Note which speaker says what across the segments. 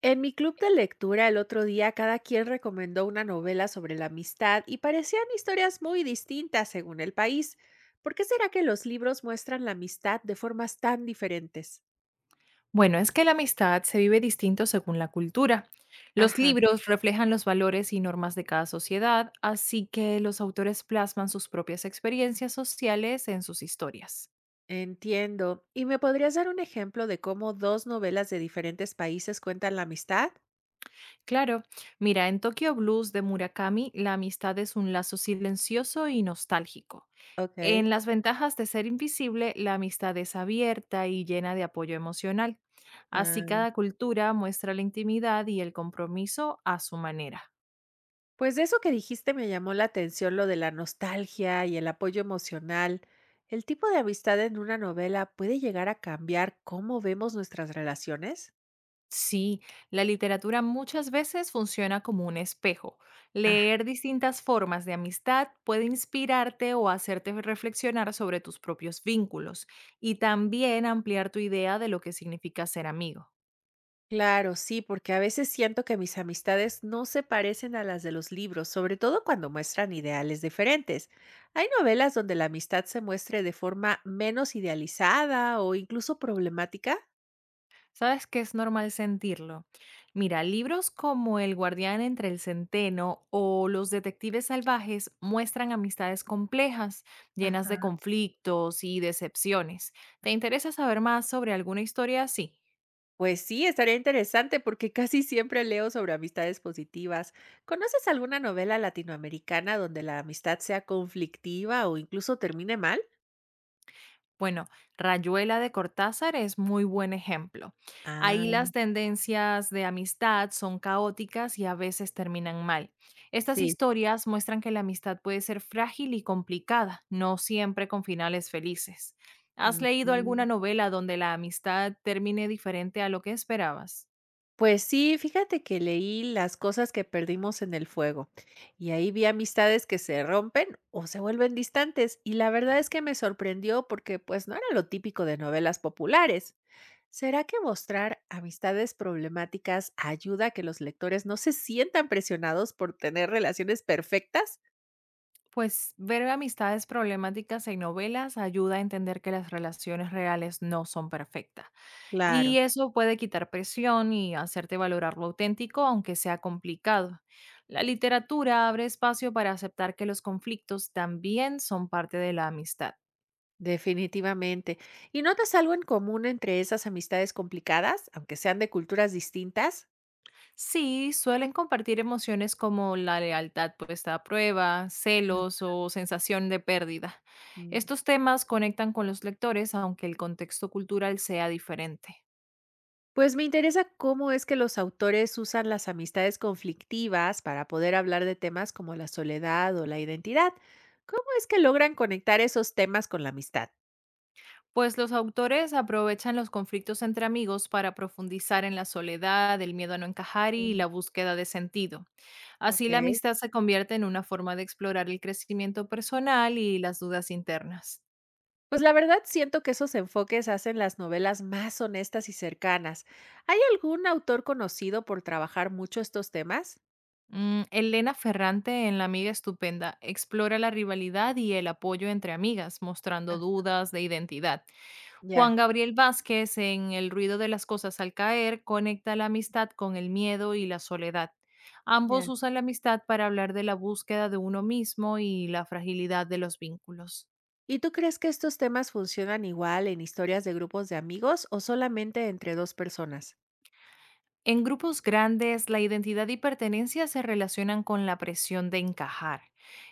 Speaker 1: En mi club de lectura el otro día cada quien recomendó una novela sobre la amistad y parecían historias muy distintas según el país. ¿Por qué será que los libros muestran la amistad de formas tan diferentes?
Speaker 2: Bueno, es que la amistad se vive distinto según la cultura. Los
Speaker 1: Ajá,
Speaker 2: libros reflejan los valores y normas de cada sociedad, así que los autores plasman sus propias experiencias sociales en sus historias.
Speaker 1: entiendo. ¿Y me podrías dar un ejemplo de cómo dos novelas de diferentes países cuentan la amistad?
Speaker 2: Claro, mira, en Tokyo Blues de Murakami, la amistad es un lazo silencioso y nostálgico.
Speaker 1: Ok.
Speaker 2: En Las ventajas de ser invisible, la amistad es abierta y llena de apoyo emocional. Así cada cultura muestra la intimidad y el compromiso a su manera.
Speaker 1: Pues de eso que dijiste me llamó la atención lo de la nostalgia y el apoyo emocional. ¿El tipo de amistad en una novela puede llegar a cambiar cómo vemos nuestras relaciones?
Speaker 2: Sí, la literatura muchas veces funciona como un espejo.
Speaker 1: Ah,
Speaker 2: Leer distintas formas de amistad puede inspirarte o hacerte reflexionar sobre tus propios vínculos y también ampliar tu idea de lo que significa ser amigo.
Speaker 1: claro, sí, porque a veces siento que mis amistades no se parecen a las de los libros, sobre todo cuando muestran ideales diferentes. Hay novelas donde la amistad se muestre de forma menos idealizada o incluso problemática.
Speaker 2: ¿Sabes que es normal sentirlo? Mira, libros como El guardián entre el centeno o Los detectives salvajes muestran amistades complejas, llenas de conflictos y decepciones. ¿Te interesa saber más sobre alguna historia así?
Speaker 1: Pues sí, estaría interesante porque casi siempre leo sobre amistades positivas. ¿Conoces alguna novela latinoamericana donde la amistad sea conflictiva o incluso termine mal?
Speaker 2: Bueno, Rayuela de Cortázar es muy buen ejemplo. Ahí
Speaker 1: Ah,
Speaker 2: las tendencias de amistad son caóticas y a veces terminan mal. Estas
Speaker 1: sí.
Speaker 2: historias muestran que la amistad puede ser frágil y complicada, no siempre con finales felices. ¿Has leído alguna
Speaker 1: Ujú.
Speaker 2: novela donde la amistad termine diferente a lo que esperabas?
Speaker 1: Pues sí, fíjate que leí Las cosas que perdimos en el fuego y ahí vi amistades que se rompen o se vuelven distantes y la verdad es que me sorprendió porque pues no era lo típico de novelas populares. ¿Será que mostrar amistades problemáticas ayuda a que los lectores no se sientan presionados por tener relaciones perfectas?
Speaker 2: Pues ver amistades problemáticas en novelas ayuda a entender que las relaciones reales no son perfectas. Y
Speaker 1: Claro.
Speaker 2: eso puede quitar presión y hacerte valorar lo auténtico, aunque sea complicado. La literatura abre espacio para aceptar que los conflictos también son parte de la amistad.
Speaker 1: Definitivamente. ¿Y notas algo en común entre esas amistades complicadas, aunque sean de culturas distintas?
Speaker 2: Sí, suelen compartir emociones como la lealtad puesta a prueba, celos o sensación de pérdida.
Speaker 1: Mm.
Speaker 2: Estos temas conectan con los lectores aunque el contexto cultural sea diferente.
Speaker 1: Pues me interesa cómo es que los autores usan las amistades conflictivas para poder hablar de temas como la soledad o la identidad. ¿Cómo es que logran conectar esos temas con la amistad?
Speaker 2: Pues los autores aprovechan los conflictos entre amigos para profundizar en la soledad, el miedo a no encajar y
Speaker 1: mm,
Speaker 2: la búsqueda de sentido. Así la
Speaker 1: ok.
Speaker 2: amistad se convierte en una forma de explorar el crecimiento personal y las dudas internas.
Speaker 1: Pues la verdad siento que esos enfoques hacen las novelas más honestas y cercanas. ¿Hay algún autor conocido por trabajar mucho estos temas?
Speaker 2: Mm, Elena Ferrante en La Amiga Estupenda explora la rivalidad y el apoyo entre amigas, mostrando
Speaker 1: Ah,
Speaker 2: dudas de identidad.
Speaker 1: ya,
Speaker 2: Juan Gabriel Vázquez en El ruido de las cosas al caer conecta la amistad con el miedo y la soledad.
Speaker 1: ya.
Speaker 2: Ambos usan la amistad para hablar de la búsqueda de uno mismo y la fragilidad de los vínculos.
Speaker 1: ¿Y tú crees que estos temas funcionan igual en historias de grupos de amigos o solamente entre dos personas?
Speaker 2: En grupos grandes, la identidad y pertenencia se relacionan con la presión de encajar.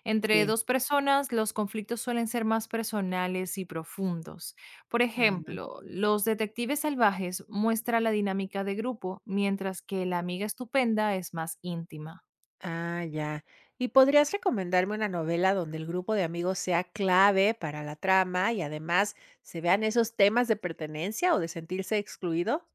Speaker 2: Entre
Speaker 1: Sí.
Speaker 2: dos personas, los conflictos suelen ser más personales y profundos. Por
Speaker 1: Ah,
Speaker 2: ejemplo, Los Detectives Salvajes muestra la dinámica de grupo, mientras que La Amiga Estupenda es más íntima.
Speaker 1: ah, ya. ¿Y podrías recomendarme una novela donde el grupo de amigos sea clave para la trama y además se vean esos temas de pertenencia o de sentirse excluido?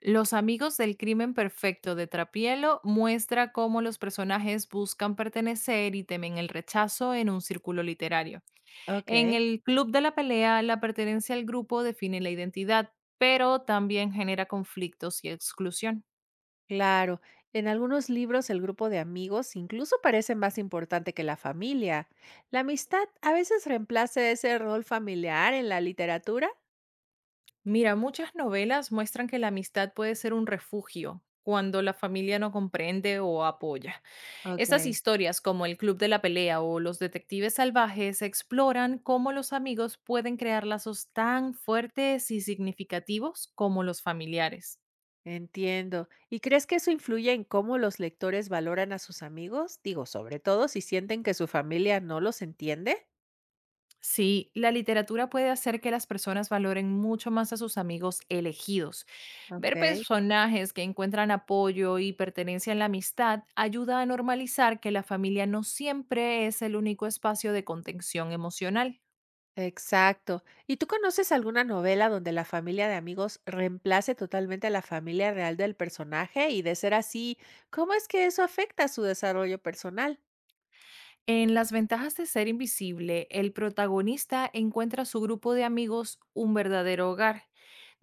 Speaker 2: Los amigos del crimen perfecto de Trapielo muestra cómo los personajes buscan pertenecer y temen el rechazo en un círculo literario.
Speaker 1: Ok.
Speaker 2: En el club de la pelea, la pertenencia al grupo define la identidad, pero también genera conflictos y exclusión.
Speaker 1: Claro, en algunos libros el grupo de amigos incluso parece más importante que la familia. ¿La amistad a veces reemplaza ese rol familiar en la literatura?
Speaker 2: Mira, muchas novelas muestran que la amistad puede ser un refugio cuando la familia no comprende o apoya. Estas
Speaker 1: Ok.
Speaker 2: historias, como El Club de la Pelea o Los Detectives Salvajes, exploran cómo los amigos pueden crear lazos tan fuertes y significativos como los familiares.
Speaker 1: Entiendo. ¿Y crees que eso influye en cómo los lectores valoran a sus amigos? Digo, sobre todo si sienten que su familia no los entiende.
Speaker 2: Sí, la literatura puede hacer que las personas valoren mucho más a sus amigos elegidos. Ver
Speaker 1: Ok.
Speaker 2: personajes que encuentran apoyo y pertenencia en la amistad ayuda a normalizar que la familia no siempre es el único espacio de contención emocional.
Speaker 1: Exacto. ¿Y tú conoces alguna novela donde la familia de amigos reemplace totalmente a la familia real del personaje? Y de ser así, ¿cómo es que eso afecta su desarrollo personal?
Speaker 2: En Las ventajas de ser invisible, el protagonista encuentra su grupo de amigos un verdadero hogar.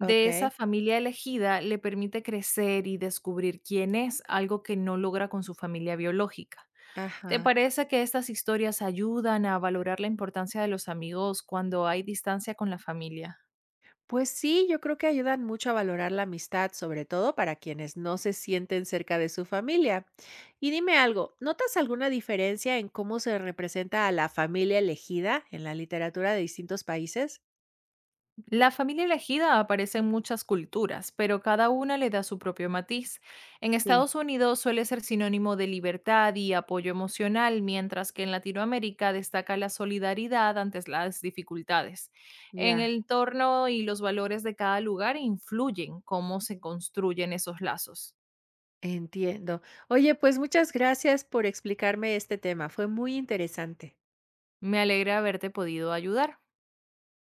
Speaker 1: Ok,
Speaker 2: esa familia elegida le permite crecer y descubrir quién es, algo que no logra con su familia biológica. ¿Te
Speaker 1: ajá.
Speaker 2: parece que estas historias ayudan a valorar la importancia de los amigos cuando hay distancia con la familia?
Speaker 1: Pues sí, yo creo que ayudan mucho a valorar la amistad, sobre todo para quienes no se sienten cerca de su familia. Y dime algo, ¿notas alguna diferencia en cómo se representa a la familia elegida en la literatura de distintos países?
Speaker 2: La familia elegida aparece en muchas culturas, pero cada una le da su propio matiz. En
Speaker 1: Sí,
Speaker 2: Estados Unidos suele ser sinónimo de libertad y apoyo emocional, mientras que en Latinoamérica destaca la solidaridad ante las dificultades. En
Speaker 1: ya.
Speaker 2: el entorno y los valores de cada lugar influyen cómo se construyen esos lazos.
Speaker 1: Entiendo. Oye, pues muchas gracias por explicarme este tema. Fue muy interesante.
Speaker 2: Me alegra haberte podido ayudar.